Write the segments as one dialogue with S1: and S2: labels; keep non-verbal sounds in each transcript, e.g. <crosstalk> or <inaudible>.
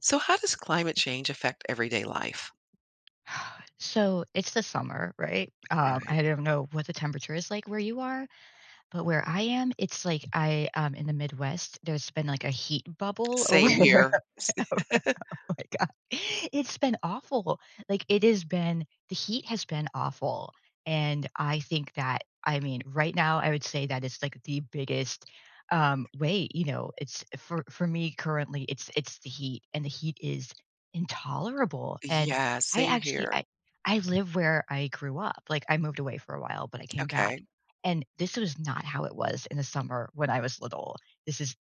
S1: So, how does climate change affect everyday life?
S2: <sighs> So it's the summer, right? Um,
S1: Right.
S2: I don't know what the temperature is like where you are, but where I am, it's like I in the Midwest, there's been like a heat bubble over.
S1: Same
S2: <laughs>
S1: here. S-
S2: <laughs> My god. It's been awful. Like, it has been the heat has been awful, and I think that, I mean, right now, I would say that it's, like, the biggest, way, you know, it's for me currently, it's the heat, and the heat is intolerable, and
S1: Yeah,
S2: I
S1: same
S2: actually,
S1: here.
S2: I live where I grew up, like, I moved away for a while, but I came back,
S1: Okay.
S2: and this was not how it was in the summer when I was little. This is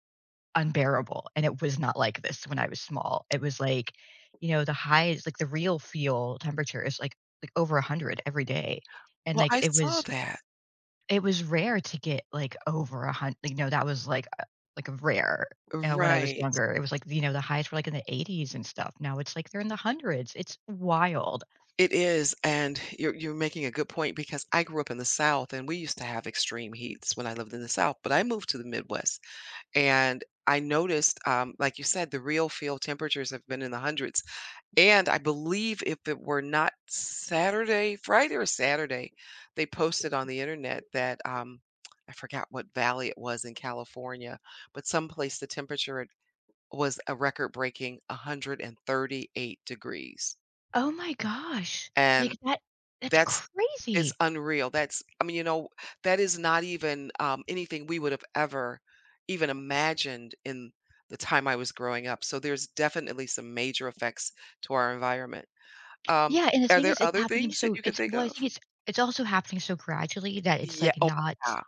S2: unbearable, and it was not like this when I was small. It was like, you know, the highs, like, the real feel temperature is, like, over 100 every day, and,
S1: Well,
S2: like,
S1: I
S2: it
S1: saw
S2: was
S1: that.
S2: it was rare to get, like, over a hundred. You know, that was, like, a, like, a rare, when I was
S1: Right.
S2: younger. It was, like, you know, the highs were, like, in the 80s and stuff. Now it's, like, they're in the hundreds. It's wild.
S1: It is. And you're making a good point because I grew up in the South and we used to have extreme heats when I lived in the South, but I moved to the Midwest and I noticed, like you said, the real field temperatures have been in the hundreds. And I believe if it were not Saturday, Friday or Saturday, they posted on the internet that, I forgot what valley it was in California, but someplace the temperature had was a record-breaking 138 degrees.
S2: Oh my gosh. Like,
S1: And
S2: that's
S1: that's It's
S2: crazy.
S1: unreal. That's I mean, you know, that is not even, anything we would have ever even imagined in the time I was growing up. So there's definitely some major effects to our environment. Um,
S2: Yeah, and the
S1: are
S2: thing is,
S1: there
S2: it's
S1: other
S2: happening
S1: things
S2: so
S1: that you can
S2: it's,
S1: think
S2: well, I
S1: of?
S2: think it's also happening so gradually that it's,
S1: Yeah.
S2: like,
S1: Oh,
S2: not...
S1: yeah.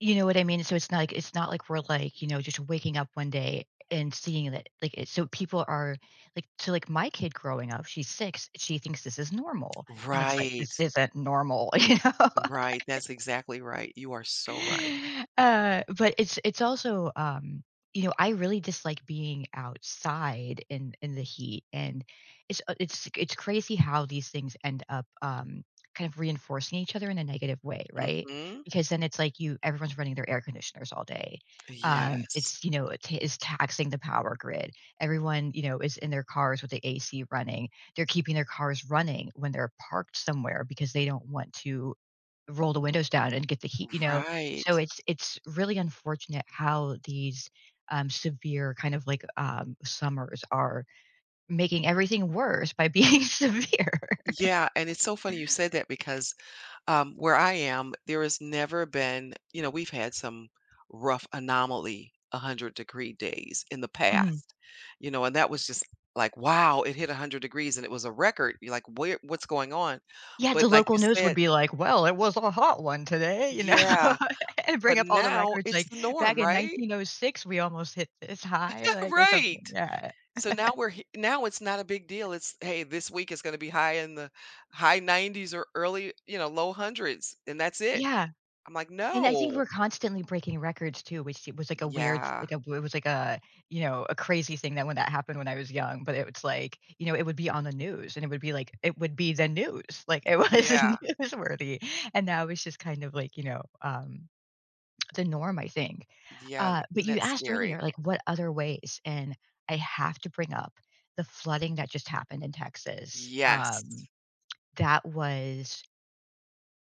S2: You know what I mean? So it's not like we're, like, you know, just waking up one day and seeing that, like, it's so people are, like, so, like, my kid growing up, she's 6, she thinks this is normal, and it's like, this
S1: Right.
S2: isn't normal, <laughs> you know?
S1: Right. That's exactly right. You are so right.
S2: <laughs> But it's also, you know, I really dislike being outside in the heat, and it's crazy how these things end up, kind of reinforcing each other in a negative way, right?
S1: Mhm.
S2: Because then it's like, you everyone's running their air conditioners all day.
S1: Yes.
S2: It's you know it ta- it's taxing the power grid. Everyone, you know, is in their cars with the AC running. They're keeping their cars running when they're parked somewhere because they don't want to roll the windows down and get the heat, you know? So
S1: Right.
S2: it's really unfortunate how these, severe, kind of like, summers are making everything worse by being <laughs> severe.
S1: Yeah, and it's so funny you said that because, where I am, there has never been. You know, we've had some rough anomaly 100-degree days in the
S2: Mhm.
S1: past, you know, and that was just like, "Wow, it hit 100 degrees and it was a record." You're like, "Where what's going on?"
S2: Yeah,
S1: But
S2: the
S1: like
S2: local
S1: you
S2: news would
S1: said.
S2: be like, "Well, it was a hot one today," you know? <laughs>
S1: Yeah.
S2: And
S1: But
S2: bring up all the
S1: now
S2: records,
S1: it's
S2: like,
S1: the norm,
S2: "Back in
S1: right?
S2: 1906, we almost hit this high,"
S1: <laughs>
S2: like, or something,
S1: Right.
S2: yeah.
S1: So now we're he now it's not a big deal. It's, "Hey, this week is gonna be high in the high 90s or early, you know, low hundreds, and that's it."
S2: Yeah.
S1: I'm like,
S2: And I think we're
S1: "No."
S2: constantly breaking records too, which, it was like a weird,
S1: Yeah.
S2: like a, it was like a, you know, a crazy thing that when that happened when I was young, but it was like, you know, it would be on the news, and it would be like, it would be the news, <laughs> like, it was <laughs>
S1: Yeah.
S2: newsworthy, and now it's just kind of like, you know, the norm, I think.
S1: Yeah,
S2: But
S1: and
S2: you
S1: that's
S2: asked earlier,
S1: scary.
S2: like, what other ways, and I have to bring up the flooding that just happened in Texas.
S1: Yes.
S2: That was...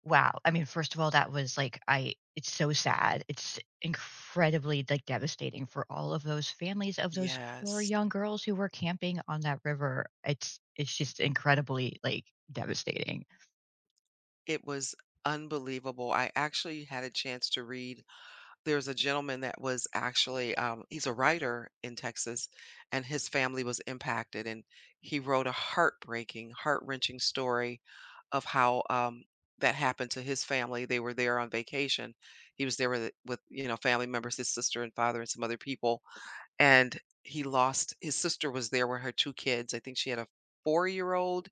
S2: wow. I mean, first of all, that was like, I it's so sad. It's incredibly, like, devastating for all of those families of those poor
S1: Yes.
S2: young girls who were camping on that river. It's just incredibly, like, devastating.
S1: It was unbelievable. I actually had a chance to read. There's a gentleman that was actually, he's a writer in Texas, and his family was impacted, and he wrote a heartbreaking, heart-wrenching story of how that happened to his family. They were there on vacation. He was there with you know family members, his sister and father, and some other people, and he lost. His sister was there with her two kids. I think she had a four-year-old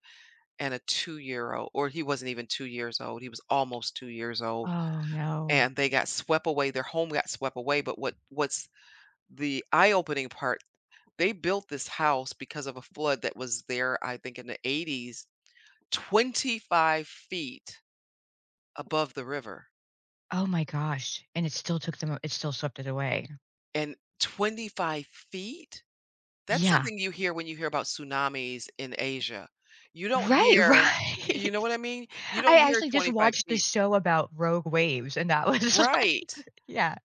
S1: and a two-year-old, or he wasn't even 2 years old. He was almost 2 years old
S2: Oh, no.
S1: and they got swept away, their home got swept away, but what's the eye-opening part, they built this house because of a flood that was there, I think, in the 80s, 25 feet above the river,
S2: Oh my gosh, and it still swept it away.
S1: and 25 feet? That's
S2: Yeah.
S1: something you hear when you hear about tsunamis in Asia. You don't
S2: Right,
S1: hear y you know
S2: right.
S1: what I mean?
S2: <laughs>
S1: You
S2: I
S1: don't hear
S2: actually just
S1: 25
S2: watched this
S1: feet.
S2: show about rogue waves, and that was <laughs> like,
S1: Right.
S2: yeah.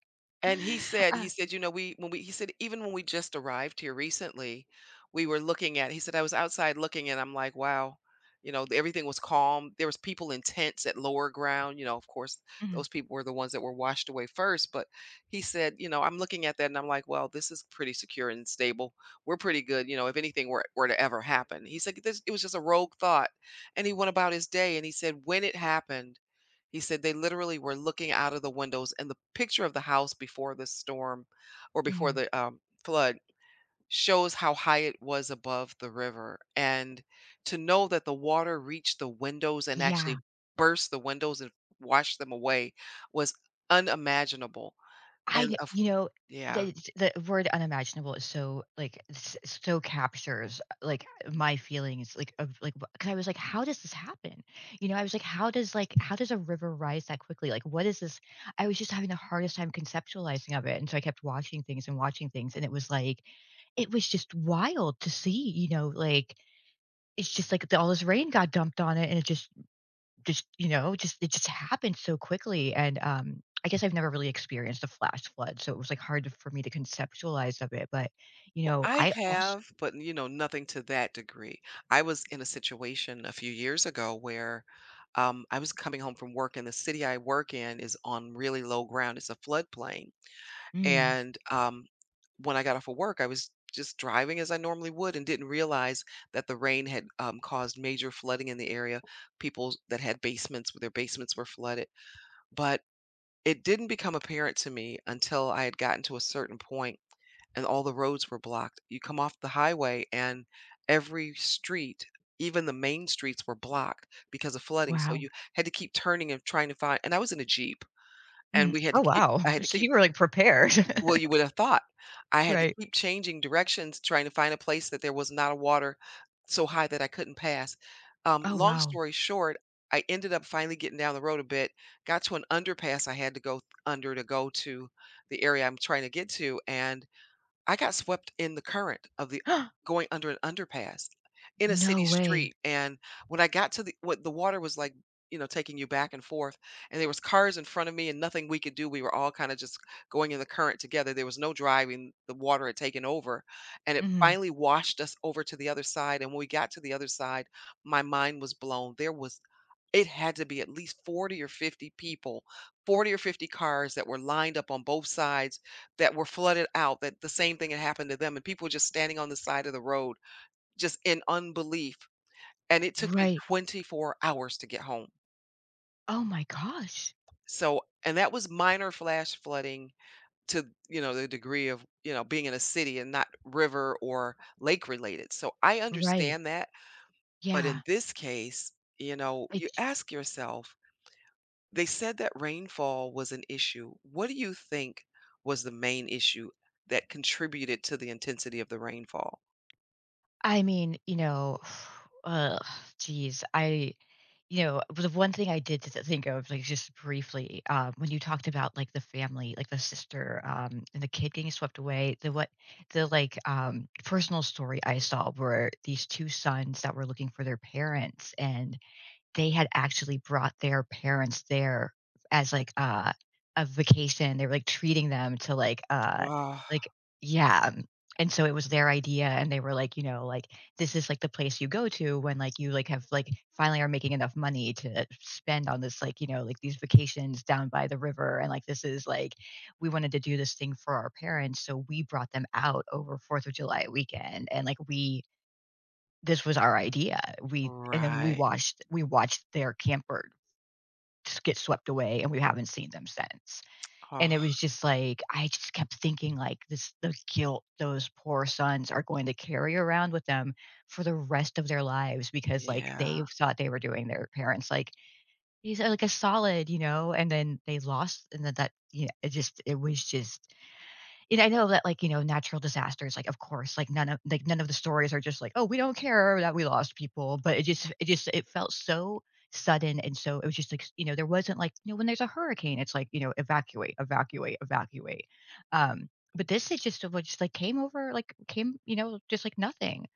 S1: And he said
S2: Uh,
S1: he said, "You know, we when we" he said, "Even when we just arrived here recently, we were looking at" he said, "I was outside looking and I'm like, wow, you know, everything was calm. There was people in tents at lower ground, you know, of course,
S2: mhm,
S1: those people were the ones that were washed away first, but he said, you know, I'm looking at that and I'm like, well, this is pretty secure and stable. We're pretty good, you know, if anything were to ever happen." He said, "This it was just a rogue thought." And he went about his day and he said, "When it happened, he said they literally were looking out of the windows, and the picture of the house before the storm or before
S2: mhm.
S1: the flood shows how high it was above the river. And to know that the water reached the windows and
S2: Yeah.
S1: actually burst the windows and washed them away was unimaginable.
S2: I
S1: And
S2: d
S1: of
S2: you know,
S1: yeah.
S2: the word unimaginable is so, like, s so captures, like, my feelings, like, of, like, wha 'cause I was like, "How does this happen?" You know, I was like, Like, how does a river rise that quickly? Like, what is this?" I was just having the hardest time conceptualizing of it, and so I kept watching things, and it was like, it was just wild to see, you know, like, it's just like, the all this rain got dumped on it, and it just, you know, just, it just happened so quickly, and, I guess I've never really experienced a flash flood, so it was, like, hard to for me to conceptualize of it, but, you know,
S1: I
S2: I also...
S1: have, but, you know, nothing to that degree. I was in a situation a few years ago where, I was coming home from work, and the city I work in is on really low ground, it's a floodplain,
S2: Mm,
S1: and, when I got off of work, I was just driving as I normally would and didn't realize that the rain had, caused major flooding in the area. People that had basements their basements were flooded, but it didn't become apparent to me until I had gotten to a certain point and all the roads were blocked. You come off the highway and every street, even the main streets were blocked because of flooding. So
S2: wow.
S1: you had to keep turning and trying to find, and I was in a Jeep and
S2: Mhm.
S1: we had to
S2: Oh,
S1: keep
S2: wow.
S1: I had
S2: <laughs>
S1: to
S2: So
S1: keep.
S2: you were, like, prepared. <laughs>
S1: Well, you would have thought. I had to
S2: Right.
S1: keep changing directions trying to find a place that there was not a water so high that I couldn't pass.
S2: Oh,
S1: Long
S2: wow.
S1: story short, I ended up finally getting down the road a bit, got to an underpass I had to go under to go to the area I'm trying to get to. And I got swept in the current of the
S2: <gasps>
S1: going under an underpass in a
S2: No
S1: city
S2: way.
S1: street, and when I got to the what the water was like, you know, taking you back and forth, and there was cars in front of me and nothing we could do. We were all kind of just going in the current together. There was no driving. The water had taken over, and it
S2: Mhm.
S1: finally washed us over to the other side. And when we got to the other side, my mind was blown. There was it had to be at least 40 or 50 people, 40 or 50 cars that were lined up on both sides that were flooded out, that the same thing had happened to them, and people were just standing on the side of the road, just in unbelief. And it took me
S2: Right.
S1: 24 hours to get home.
S2: Oh my gosh.
S1: So, and that was minor flash flooding to, you know, the degree of, you know, being in a city and not river or lake related. So I
S2: Right.
S1: understand that. But
S2: Yeah.
S1: in this case, you know, you ask yourself, they said that rainfall was an issue. What do you think was the main issue that contributed to the intensity of the rainfall?
S2: I mean, you know, <sighs> ugh, geez, the one thing I did think of, like, just briefly, when you talked about, like, the family, like, the sister, and the kid getting swept away, the what... The, like, personal story I saw were these two sons that were looking for their parents, and they had actually brought their parents there as, like, a vacation. They were, like, treating them to, like,
S1: Oh,
S2: like, yeah, and so it was their idea, and they were like, you know, like, "This is, like, the place you go to when, like, you, like, have, like, finally are making enough money to spend on this, like, you know, like, these vacations down by the river," and, like, "This is, like, we wanted to do this thing for our parents, so we brought them out over 4th of July weekend, and, like, we this was our idea. We And then we
S1: right.
S2: watched we watched their camper just get swept away, and we haven't seen them since." And
S1: Oh,
S2: it was just like, I just kept thinking, like, this the guilt those poor sons are going to carry around with them for the rest of their lives, because, like, they
S1: yeah.
S2: thought they were doing their parents, like, these are, like, a solid, you know, and then they lost, and then that, you know, it was just and I know that, like, you know, natural disasters, like, of course, like, none of the stories are just like, "Oh, we don't care that we lost people," but it felt so sudden, and so it was just like, you know, there wasn't, like, you know, when there's a hurricane, it's like, you know, evacuate, evacuate, evacuate. Um, but this is just it was just, like, came over, like, came, you know, just like nothing.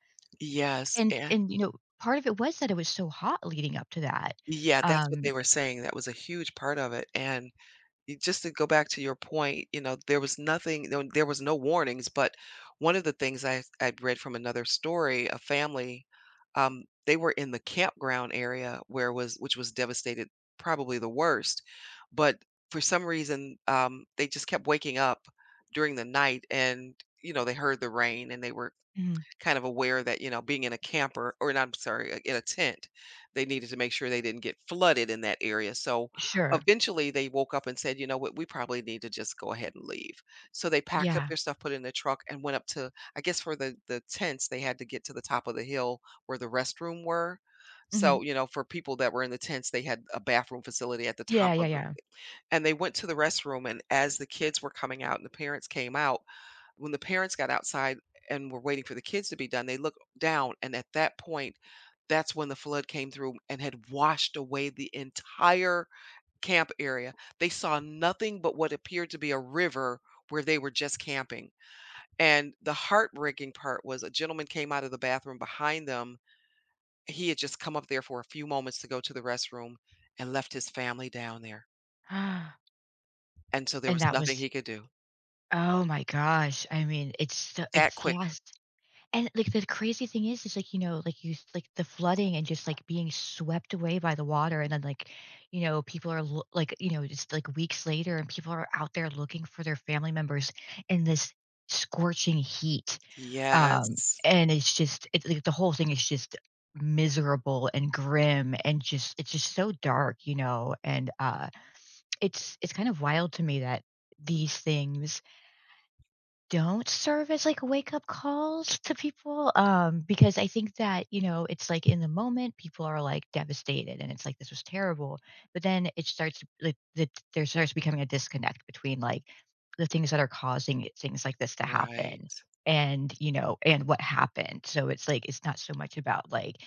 S1: Yes,
S2: And
S1: and
S2: and, you know, part of it was that it was so hot leading up to that.
S1: yeah, that's what
S2: Um
S1: they were saying. That was a huge part of it, and Y just to go back to your point, you know, there was nothing no there was no warnings, but one of the things I read from another story, a family, they were in the campground area where was which was devastated, probably the worst, but for some reason, they just kept waking up during the night and, you know, they heard the rain and they were
S2: Mhm.
S1: kind of aware that, you know, being in a camper or not, I'm sorry, in a tent, they needed to make sure they didn't get flooded in that area. So
S2: Sure.
S1: eventually they woke up and said, you know what, we probably need to just go ahead and leave. So they packed up
S2: Yeah.
S1: their stuff, put it in the truck, and went up to, I guess for the tents, they had to get to the top of the hill where the restroom were.
S2: Mhm.
S1: So, you know, for people that were in the tents, they had a bathroom facility at the top
S2: Yeah, yeah,
S1: of the,
S2: yeah.
S1: and they went to the restroom and as the kids were coming out and the parents came out, when the parents got outside and were waiting for the kids to be done, they looked down, and at that point, that's when the flood came through and had washed away the entire camp area. They saw nothing but what appeared to be a river where they were just camping. And the heartbreaking part was a gentleman came out of the bathroom behind them. He had just come up there for a few moments to go to the restroom and left his family down there.
S2: <gasps>
S1: And so
S2: <sighs>
S1: there
S2: And
S1: was
S2: that
S1: nothing
S2: was...
S1: he could do.
S2: oh my gosh. I mean, it's so...
S1: That
S2: it's...
S1: quick.
S2: yes. And, like, the crazy thing is, like, you know, like, you like, the flooding and just, like, being swept away by the water, and then, like, you know, people are loo like, you know, just, like, weeks later, and people are out there looking for their family members in this scorching heat. Um,
S1: Yes.
S2: and it's, like, the whole thing is just miserable and grim, and just, it's just so dark, you know? And, it's kind of wild to me that these things don't serve as, like, wake up calls to people, because I think that, you know, it's like, in the moment, people are, like, devastated, and it's like, this was terrible, but then it starts like the, there starts becoming a disconnect between, like, the things that are causing it, things like this to happen,
S1: Right.
S2: and you know and what happened, so it's like, it's not so much about, like,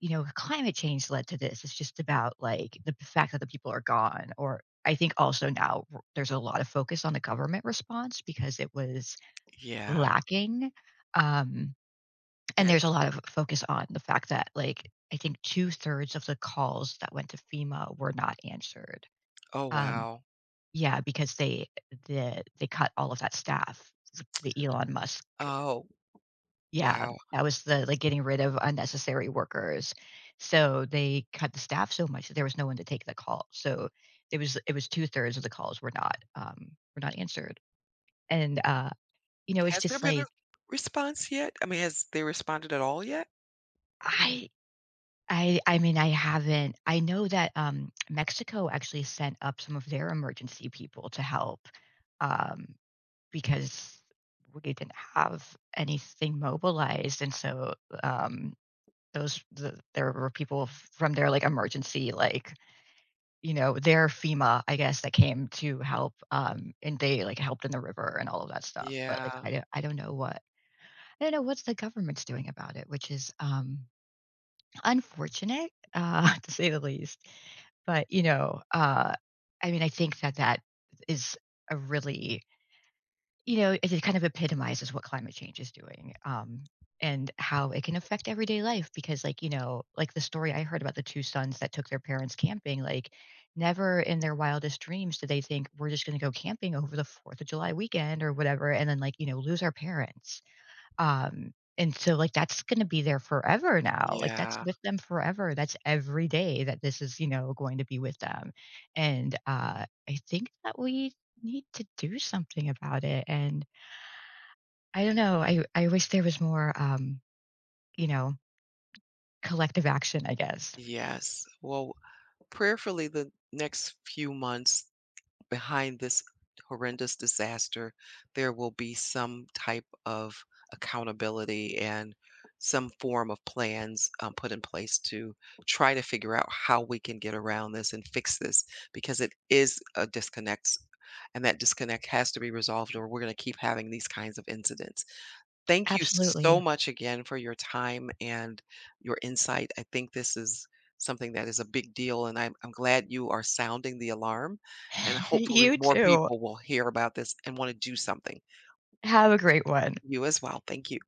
S2: you know, climate change led to this, it's just about, like, the fact that the people are gone. Or I think also now, there's a lot of focus on the government response because it was
S1: Yeah.
S2: lacking. Um, and there's a lot of focus on the fact that, like, I think two-thirds thirds of the calls that went to FEMA were not answered.
S1: Oh,
S2: Um,
S1: wow.
S2: yeah, because they cut all of that staff, the Elon Musk,
S1: Oh,
S2: yeah,
S1: wow.
S2: that was the like, getting rid of unnecessary workers. So they cut the staff so much that there was no one to take the call. So it was two-thirds thirds of the calls were not answered. And, you know, it's
S1: Has there
S2: just
S1: been a
S2: like,
S1: response yet? I mean, has they responded at all yet?
S2: I I mean, I haven't. I know that, Mexico actually sent up some of their emergency people to help, um, because we didn't have anything mobilized, and so, um, those the there were people f from their, like, emergency, like, you know, their FEMA, I guess, that came to help, and they, like, helped in the river and all of that stuff, but, like,
S1: Yeah,
S2: I don't know what's the government's doing about it, which is, unfortunate, <laughs> to say the least. But, you know, I mean, I think that is a really, you know, it kind of epitomizes what climate change is doing, and how it can affect everyday life because, like, you know, like the story I heard about the two sons that took their parents camping, like, never in their wildest dreams did they think, "We're just gonna go camping over the 4th of July weekend," or whatever, and then, like, you know, lose our parents. And so, like, that's gonna be there forever now, like, that's
S1: yeah,
S2: with them forever, that's every day that this is, you know, going to be with them, and, I think that we need to do something about it, and I don't know, I wish there was more, you know, collective action, I guess.
S1: yes. Well, prayerfully, the next few months, behind this horrendous disaster, there will be some type of accountability and some form of plans put in place to try to figure out how we can get around this and fix this because it is a disconnect and that disconnect has to be resolved or we're going to keep having these kinds of incidents. Thank you so
S2: Absolutely.
S1: much again for your time and your insight. I think this is something that is a big deal, and I'm glad you are sounding the alarm, and
S2: <laughs>
S1: hopefully
S2: You
S1: more
S2: too.
S1: people will hear about this and want to do something.
S2: Have a great one.
S1: You as well. Thank you.